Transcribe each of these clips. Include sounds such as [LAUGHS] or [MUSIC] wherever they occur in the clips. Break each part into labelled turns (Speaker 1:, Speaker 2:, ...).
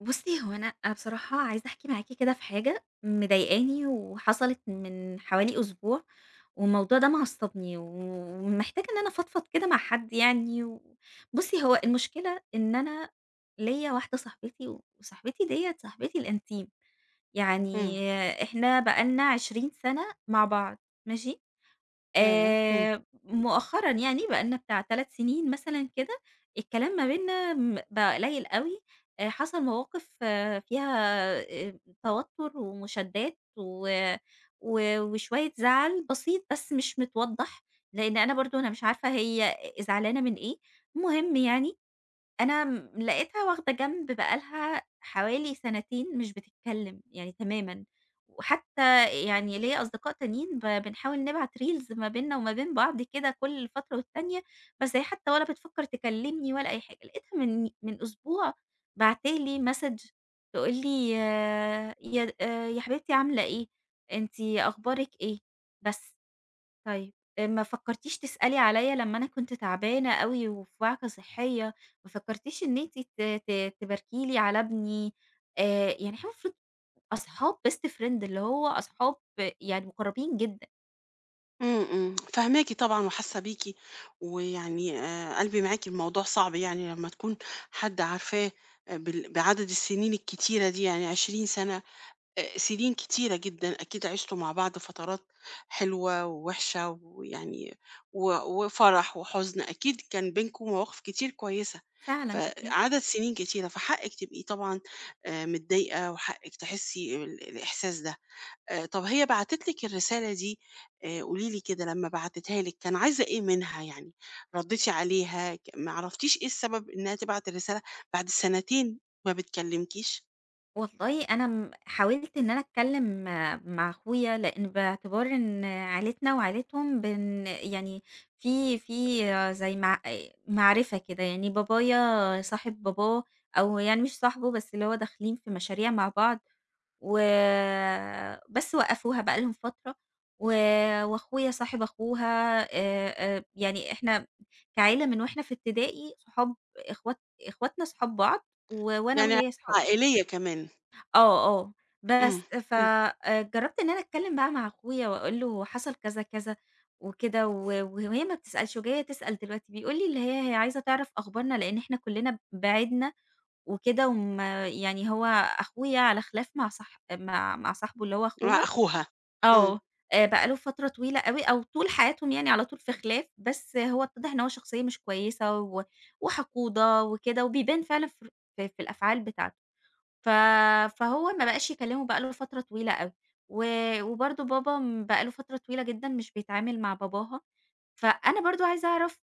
Speaker 1: بُصّي، هو أنا بصراحة عايزة أحكي معاكِ كده في حاجة مضايقاني وحصلت من حوالي أسبوع، والموضوع ده معصّبني ومحتاجة إن أنا أفضفض كده مع حد يعني بُصّي، هو المشكلة إن أنا ليّا واحدة صاحبتي ديّة صاحبتي الإنتيم،
Speaker 2: إمم.
Speaker 1: يعني إحنا بقى لنا 20 سَنة مع بعض، ماشي.
Speaker 2: ياه! إمم.
Speaker 1: مؤخرًا يعني بقى لنا بتاع 3 سنين مثلًا كده، الكلام ما بيننا م بقى قليل أوي. حصل مواقف، آه، فيها توتر ومشادات و و وشوية زعل بسيط بس مش متوضّح، لإن أنا برضه أنا مش عارفة هي زعلانة من إيه. المهم يعني أنا م لقيتها واخدة جنب بقى لها حوالي سنتين مش بتتكلم، يعني تمامًا، وحتى يعني ليّا أصدقاء تانيين بنحاول نبعت reels ما بيننا وما بين بعض كده كل فترة والتانية، بس هي حتى ولا بتفكر تكلمني ولا أي حاجة. لقيتها من أسبوع باعتة لي message، تقول لي: "يا يا حبيبتي، عاملة إيه؟ أنتِ أخبارِك إيه؟" بس. طيب، ما فكّرتيش تسألي عليَّ لمّا أنا كنت تعبانة أوي وفي وعكة صحية؟ ما فكّرتيش إن أنتِ ت ت تباركي لي على ابني؟ يعني إحنا المفروض أصحاب best friend، اللي هو أصحاب، آه، يعني مُقرّبين جدًا.
Speaker 2: فاهماكِ طبعًا وحاسة بيكِ، ويعني قلبي معاكِ، الموضوع صعب يعني لمّا تكون حد عارفاه، بال بعدد السنين الكتيرة دي، يعني 20 سنة. سنين كتيرة جدًا، أكيد عِشتوا مع بعض فترات حلوة ووحشة ويعني وفرح وحزن، أكيد كان بينكم مواقف كتير كويسة،
Speaker 1: فعلًا كده، يعني.
Speaker 2: فعدد سنين كتيرة، فحقِّك تبقي طبعًا متضايقة، وحقِّك تحسي الإحساس ده. طَب هي بعتت لِك الرسالة دي. قولي لي كده، لمّا بعتتها لِك كان عايزة إيه منها يعني؟ ردّيتِ عليها، ما عرفتيش إيه السبب إنها تبعت الرسالة بعد سنتين ما بتكلمكيش؟
Speaker 1: والله أنا م حاولت إن أنا أتكلّم مع أخويا، لإن باعتبار إن عيلتنا وعيلتهم بن يعني في في زي مع معرفة كده، يعني بابايا صاحب باباه، أو يعني مش صاحبه، بس اللي هو داخلين في مشاريع مع بعض، و بس وقّفوها بقى لهم فترة. و وأخويا صاحب أخوها، يعني إحنا كعيلة من وإحنا في ابتدائي صحاب، إخوات، إخواتنا صحاب بعض و وأنا
Speaker 2: يعني علاقة
Speaker 1: وهي صحاب.
Speaker 2: عائلية كمان.
Speaker 1: آه، آه،
Speaker 2: إمم،
Speaker 1: بس ف
Speaker 2: حلو.
Speaker 1: جرّبت إن أنا أتكلّم بقى مع أخويا وأقول له حصل كذا، كذا وكده، وهي ما بتسألش وجاية تسأل دلوقتي، بيقول لي اللي هي عايزة تعرف أخبارنا لإن إحنا كُلّنا بعِدنا وكده. وما يعني هو أخويا على خلاف مع صاحبه اللي هو
Speaker 2: مع
Speaker 1: أخوها.
Speaker 2: أخوها. إمم،
Speaker 1: آه. بقى له فترة طويلة أوي، أو طول حياتهم يعني على طول في خلاف، بس هو اتضح إن هو شخصية مش كويسة و وحقودة وكده، وبيبان فعلًا في ر في في الأفعال بتاعته. ف فهو ما بقاش يكلّمه بقى له فترة طويلة أوي، و وبرضه بابا م بقى له فترة طويلة جدًا مش بيتعامل مع باباها. فأنا برضه عايزة أعرف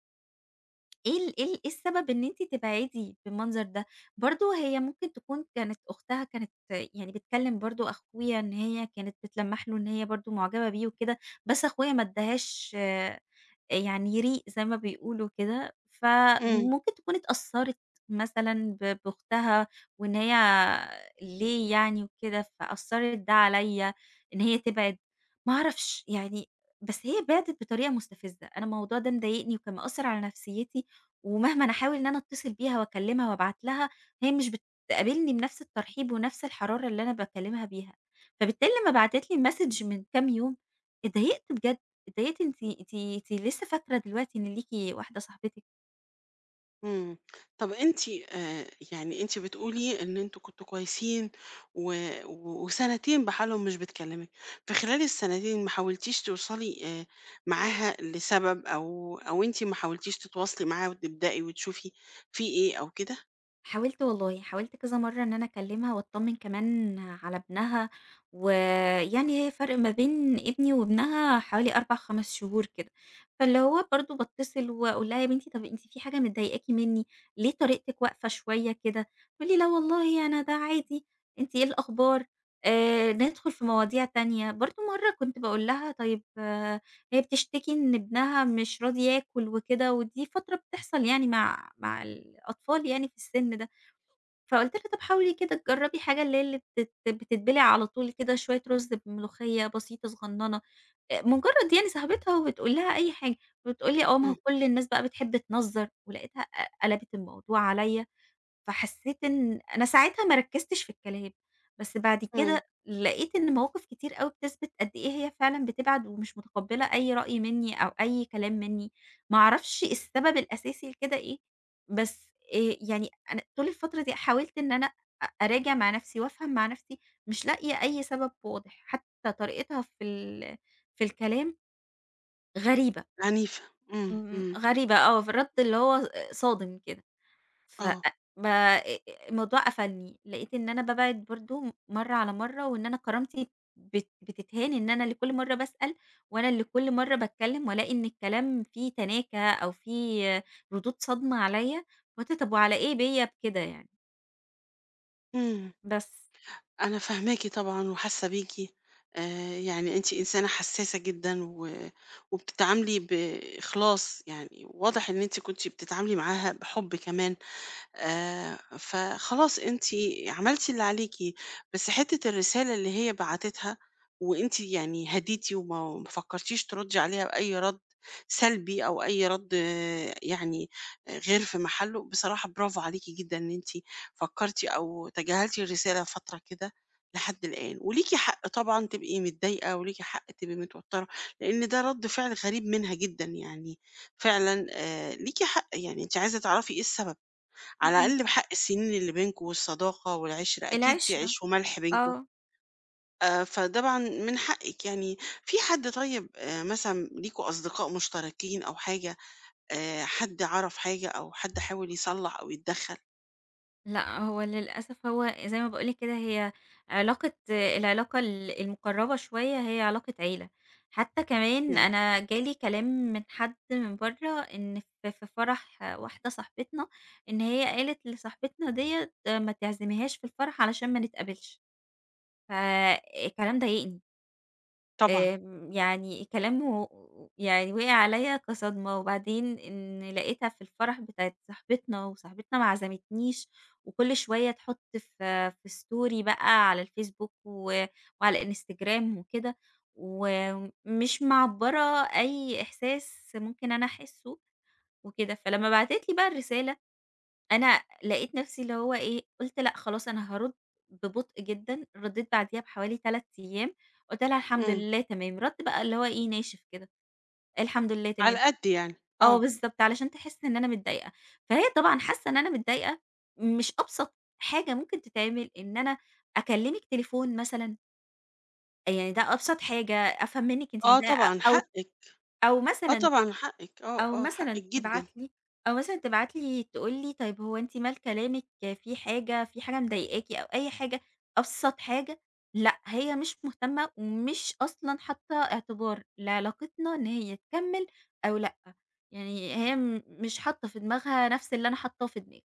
Speaker 1: إيه السبب إن أنتِ تبعدي بالمنظر ده؟ برضه هي ممكن تكون كانت أختها كانت يعني بتكلّم برضه أخويا إن هي كانت بتلمّح له إن هي برضه معجبة بيه وكده، بس أخويا ما ادّاهاش يعني ريق، زي ما بيقولوا كده،
Speaker 2: إمم.
Speaker 1: فممكن تكون اتأثّرت مثلًا ب بأختها وإن هي ليه يعني وكده، فأثّرت ده عليّا إن هي تبعد. ما أعرفش يعني، بس هي بعدت بطريقة مستفزة. أنا الموضوع ده مضايقني وكان مأثّر على نفسيتي، ومهما أنا أحاول إن أنا أتصل بيها وأكلمها وأبعت لها، هي مش بتقابلني بنفس الترحيب ونفس الحرارة اللي أنا باكلمها بيها. فبالتالي لمّا بعتت لي message من كام يوم اتضايقت بجد. اتضايقت، أنتِ لسه فاكرة دلوقتي إن ليكِ واحدة صاحبتِك؟
Speaker 2: إمم. طب أنتِ، يعني أنتِ بتقولي إن أنتم كنتم كويسين و و وسنتين بحالهم مش بتكلّمِك. في خلال السنتين ما حاولتيش توصلي معاها لسبب، أو أنتِ ما حاولتيش تتواصلي معاها وتبدئي وتشوفي في إيه أو كده؟
Speaker 1: حاولت والله، حاولت كذا مرّة إن أنا أكلّمها وأطمّن كمان على ابنها، ويعني هي فرق ما بين ابني وابنها حوالي 4، 5 شهور كده. فاللي هو برضه باتّصل وأقول لها: "يا بنتي، طَب أنتِ في حاجة مضايقاكِ منّي؟ ليه طريقتِك واقفة شوية كده؟" تقول لي: "لا والله، أنا ده عادي. أنتِ إيه الأخبار؟" ندخل في مواضيع تانية. برضه مرّة كنت باقول لها: "طيب"، آه، هي بتشتكي إن ابنها مش راضي ياكل وكده، ودي فترة بتحصل يعني مع الأطفال يعني في السِن ده. فقُلت لها: "طب حاولي كده تجرّبي حاجة اللي هي اللي بتتبلع على طول كده، شوية رُز بملوخية بسيطة صغنّنة." مُجرّد يعني صاحبتها وبتقول لها أي حاجة، فبتقول لي: "آه، ما
Speaker 2: إمم.
Speaker 1: هو كل الناس بقى بتحب تنظّر." ولقيتها قلبِت الموضوع عليّا. فحسيت إن أنا ساعتها ما ركّزتش في الكلام، بس بعد
Speaker 2: إمم.
Speaker 1: كده لقيت إن مواقف كتير أوي بتثبت قد إيه هي فعلًا بتبعد ومش متقبّلة أي رأي منّي أو أي كلام منّي. ما أعرفش السبب الأساسي لكده إيه، بس يعني أنا طول الفترة دي حاولت إن أنا أراجع مع نَفْسي وأفهم مع نَفْسي، مش لاقية أي سبب واضح. حتى طريقتها في في الكلام غريبة.
Speaker 2: عنيفة. إمم،
Speaker 1: إمم،
Speaker 2: إمم.
Speaker 1: غريبة، آه، في الرَد اللي هو صادم كده. ف أ
Speaker 2: آه.
Speaker 1: ب أ الموضوع قفلني، لقيت إن أنا بابعد برضه مرّة على مرّة، وإن أنا كرامتي بتتهان، إن أنا اللي كل مرّة باسأل، وأنا اللي كل مرّة باتكلّم، وألاقي إن الكلام فيه تناكة أو فيه ردود صادمة عليَّ. قُلت: طَب وعلى إيه بيّا بكده يعني؟
Speaker 2: إمم.
Speaker 1: بس.
Speaker 2: أنا فاهماكِ طبعًا وحاسة بيكِ، يعني أنتِ إنسانة حساسة جدًا وبتتعاملي بإخلاص، يعني واضح إن أنتِ كنتِ بتتعاملي معاها بحب كمان. فخلاص أنتِ عملتِ اللي عليكِ، بس حتّة الرسالة اللي هي بعتتها وأنتِ يعني هديتِ وما ما فكّرتيش تردّي عليها بأي رَد سلبي أو أي رَد آه، يعني آه، غير في محله. بصراحة برافو عليكِ جدًا إن أنتِ فكّرتِ أو تجاهلتِ الرسالة فترة كده لحد الآن، وليكِ حق طبعًا تبقي متضايقة، وليكِ حق تبقي متوتّرة، لإن ده رَد فعل غريب منها جدًا، يعني فعلًا ليكِ حق، يعني أنتِ عايزة تعرفي إيه السبب، على
Speaker 1: اهم.
Speaker 2: الأقل بحق السنين اللي بينكم والصداقة والعِشرة، أكيد في
Speaker 1: العِشرة،
Speaker 2: عيش وملح بينكم.
Speaker 1: آه.
Speaker 2: فطبعًا من حقِّك يعني. في حد طيب، مثلًا ليكم أصدقاء مشتركين أو حاجة، حد عَرَف حاجة أو حد حاول يصلّح أو يتدخّل؟
Speaker 1: لأ، هو للأسف هو زي ما باقول لِك كده، هي العلاقة المقرّبة شوية هي علاقة عيلة. حتى كمان
Speaker 2: إمم.
Speaker 1: أنا جالي كلام من حد من برّه إن في فرح واحدة صاحبتنا، إن هي قالت لصاحبتنا ديّة ما تعزميهاش في الفرح علشان ما نتقابلش. فالكلام ضايقني.
Speaker 2: طبعًا.
Speaker 1: آمم، يعني كلامه يعني وقع عليّا كصدمة. وبعدين إن لقيتها في الفرح بتاعة صاحبتنا، وصاحبتنا ما عزمتنيش، وكل شوية تحط في story بقى على الفيسبوك و وعلى الإنستجرام وكده، ومش معبّرة أي إحساس ممكن أنا أحسه وكده. فلمّا بعتت لي بقى الرسالة، أنا لقيت نفسي اللي هو إيه، قُلت: لأ، خلاص، أنا هارُد ببطء جدًا. ردّيت بعديها بحوالي 3 أيام، قُلت لها: "الحمد
Speaker 2: إمم.
Speaker 1: لله تمام." رَد بقى اللي هو إيه، ناشف كده، "الحمد لله
Speaker 2: على
Speaker 1: تمام."
Speaker 2: قد يعني.
Speaker 1: آه،
Speaker 2: آه.
Speaker 1: بالضبط، علشان تحس إن أنا متضايقة. فهي طبعًا حاسة إن أنا متضايقة. مش أبسط حاجة ممكن تتعمل إن أنا أكلمِك تليفون مثلًا؟ يعني ده أبسط حاجة أفهم منِّك أنتِ
Speaker 2: آه
Speaker 1: متضايقة،
Speaker 2: طبعًا
Speaker 1: أو
Speaker 2: حقِّك.
Speaker 1: أو
Speaker 2: آه
Speaker 1: مثلًا
Speaker 2: طبعًا حقِّك، آه،
Speaker 1: أو
Speaker 2: آه،
Speaker 1: مثلًا
Speaker 2: حقِّك جدًا.
Speaker 1: تبعت لي أو مثلًا تبعت لي تقول لي: طيب هو أنتِ مال كلامِك، في حاجة، مضايقاكِ أو أي حاجة، أبسط حاجة. لأ، هي مش مهتمة ومش أصلًا حاطة اعتبار لعلاقتنا إن هي تكمّل أو لأ. يعني هي م مش حاطة في دماغها نفس اللي أنا حاطاه في دماغي.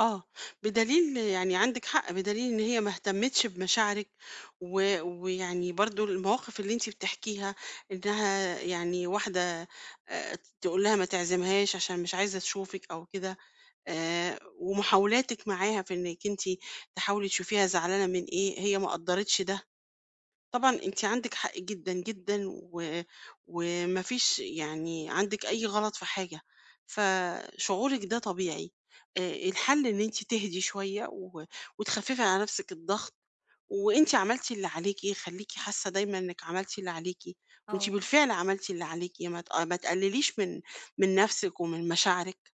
Speaker 2: آه، بدليل يعني عندِك حق، بدليل إن هي ما اهتمتش بمشاعرِك، ويعني برضه المواقف اللي أنتِ بتحكيها إنها يعني واحدة تقول لها ما تعزمهاش عشان مش عايزة تشوفِك أو كده، ومحاولاتِك معاها في إنِك أنتِ تحاولي تشوفيها زعلانة من إيه، هي ما قدّرتش ده. طبعًا أنتِ عندِك حق جدًا، جدًا، وما فيش يعني عندِك أي غلط في حاجة، فشعورِك ده طبيعي. الحل إن أنتِ تهدي شوية وتخفّفي على نفسِك الضغط، وأنتِ عملتِ اللي عليكِ، خلّيكِ حاسة دايمًا إنِّك عملتِ اللي عليكِ، وأنتِ
Speaker 1: آه،
Speaker 2: بالفعل عملتِ اللي عليكِ، ما تقلليش من نفسِك ومن مشاعرِك.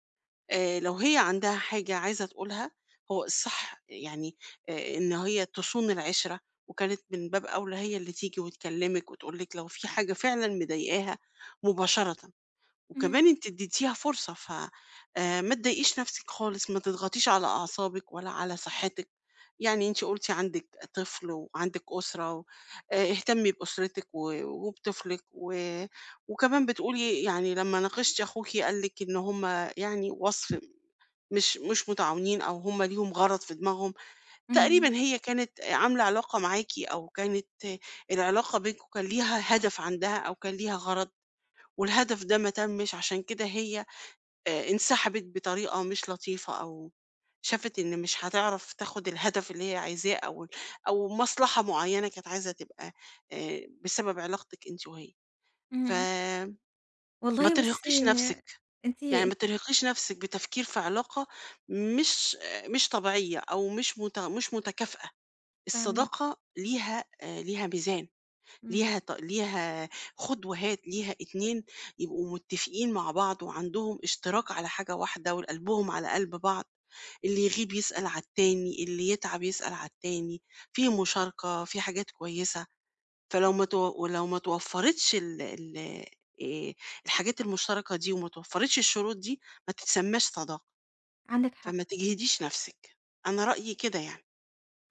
Speaker 2: لو هي عندها حاجة عايزة تقولها، هو الصح يعني إن هي تصون العِشرة، وكانت من باب أولى هي اللي تيجي وتكلّمِك وتقول لِك لو في حاجة فعلًا مضايقاها مباشرةً،
Speaker 1: اهم،
Speaker 2: وكمان أنتِ ادّيتيها فرصة، ف ما تضايقيش نَفْسِك خالص، ما تضغطيش على أعصابِك ولا على صحتِك. يعني أنتِ قُلتِ عندِك طفل وعندِك أسرة و اهتمي بأسرتِك وبطفلِك وكمان بتقولي يعني لمّا ناقشتِ أخوكِ قال لِك إن هم يعني وصْف مش متعاونين، أو هم ليهم غرض في دماغهم، تقريبًا
Speaker 1: اهم،
Speaker 2: هي كانت عاملة علاقة معاكِ، أو كانت العلاقة بينكم كان ليها هدف عندها أو كان ليها غرض، والهدف ده ما تمِّش، عشان كده هي انسحبت بطريقة مش لطيفة، أو شافت إن مش هتعرف تاخد الهدف اللي هي عايزاه، أو مصلحة معينة كانت عايزة تبقى بسبب علاقتِك أنتِ وهي،
Speaker 1: اهم.
Speaker 2: فما
Speaker 1: والله بُصّي،
Speaker 2: ترهقيش نفسِك.
Speaker 1: أنتِ
Speaker 2: يعني ما ترهقيش نفسِك بتفكير في علاقة مش مش طبيعية أو مش متكافئة.
Speaker 1: فاهماكِ،
Speaker 2: الصداقة ليها ليها ميزان،
Speaker 1: إمم،
Speaker 2: ليها خُد وهات، ليها 2 يبقوا متفقين مع بعض، وعندهم اشتراك على حاجة واحدة، وقلبهم على قلب بعض، اللي يغيب يسأل على التاني، اللي يتعب يسأل على التاني، في مشاركة، في حاجات كويسة. فلو ما تو ولو ما توفّرِتش ال ال آآ الحاجات المشتركة دي، وما توفّرِتش الشروط دي، ما تتسمّاش صداقة.
Speaker 1: عندِك حق.
Speaker 2: فما تجهديش نَفْسِك، أنا رأيي كده يعني.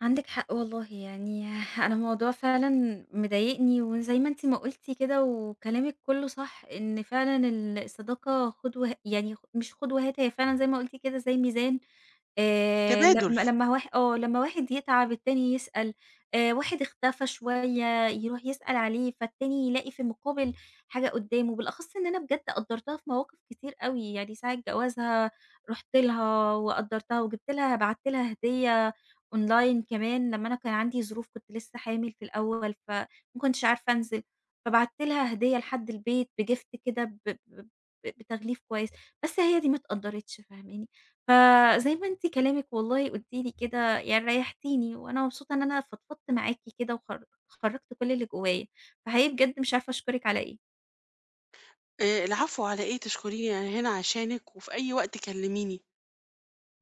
Speaker 1: عندِك حق والله، يعني [LAUGHS] أنا الموضوع فعلًا مضايقني، وزي ما أنتِ ما قُلتِ كده وكلامِك كُلّه صح، إن فعلًا الصداقة خُد وه يعني خ مش خُد وهات، هي فعلًا زي ما قُلتِ كده زي ميزان.
Speaker 2: تبادُل.
Speaker 1: لم لمّا واح آه، لمّا واحد يتعب التاني يسأل، واحد اختفى شوية يروح يسأل عليه، فالتاني يلاقي في المقابل حاجة قُدّامه. بالأخص إن أنا بجد قدّرتها في مواقف كتير أوي، يعني ساعة جوازها رُحت لها وقدّرتها وجِبت لها، بعتّ لها هدية أونلاين كمان لمّا أنا كان عندي ظروف، كنت لسه حامل في الأول، فما كنتش عارفة أنزل. فبعت لها هدية لحد البيت بgift كده، بتغليف كويس. بس هي دي ما اتقدّرتش، فاهماني؟ فزي ما أنتِ كلامِك والله قُلتِ لي كده يعني ريّحتيني، وأنا مبسوطة إن أنا فضفضت معاكِ كده خرّجت كل اللي جوايا، فحقيقي بجد مش عارفة أشكرِك على إيه.
Speaker 2: العفو على إيه، تشكريني أنا هنا عشانِك، وفي أي وقت كلّميني.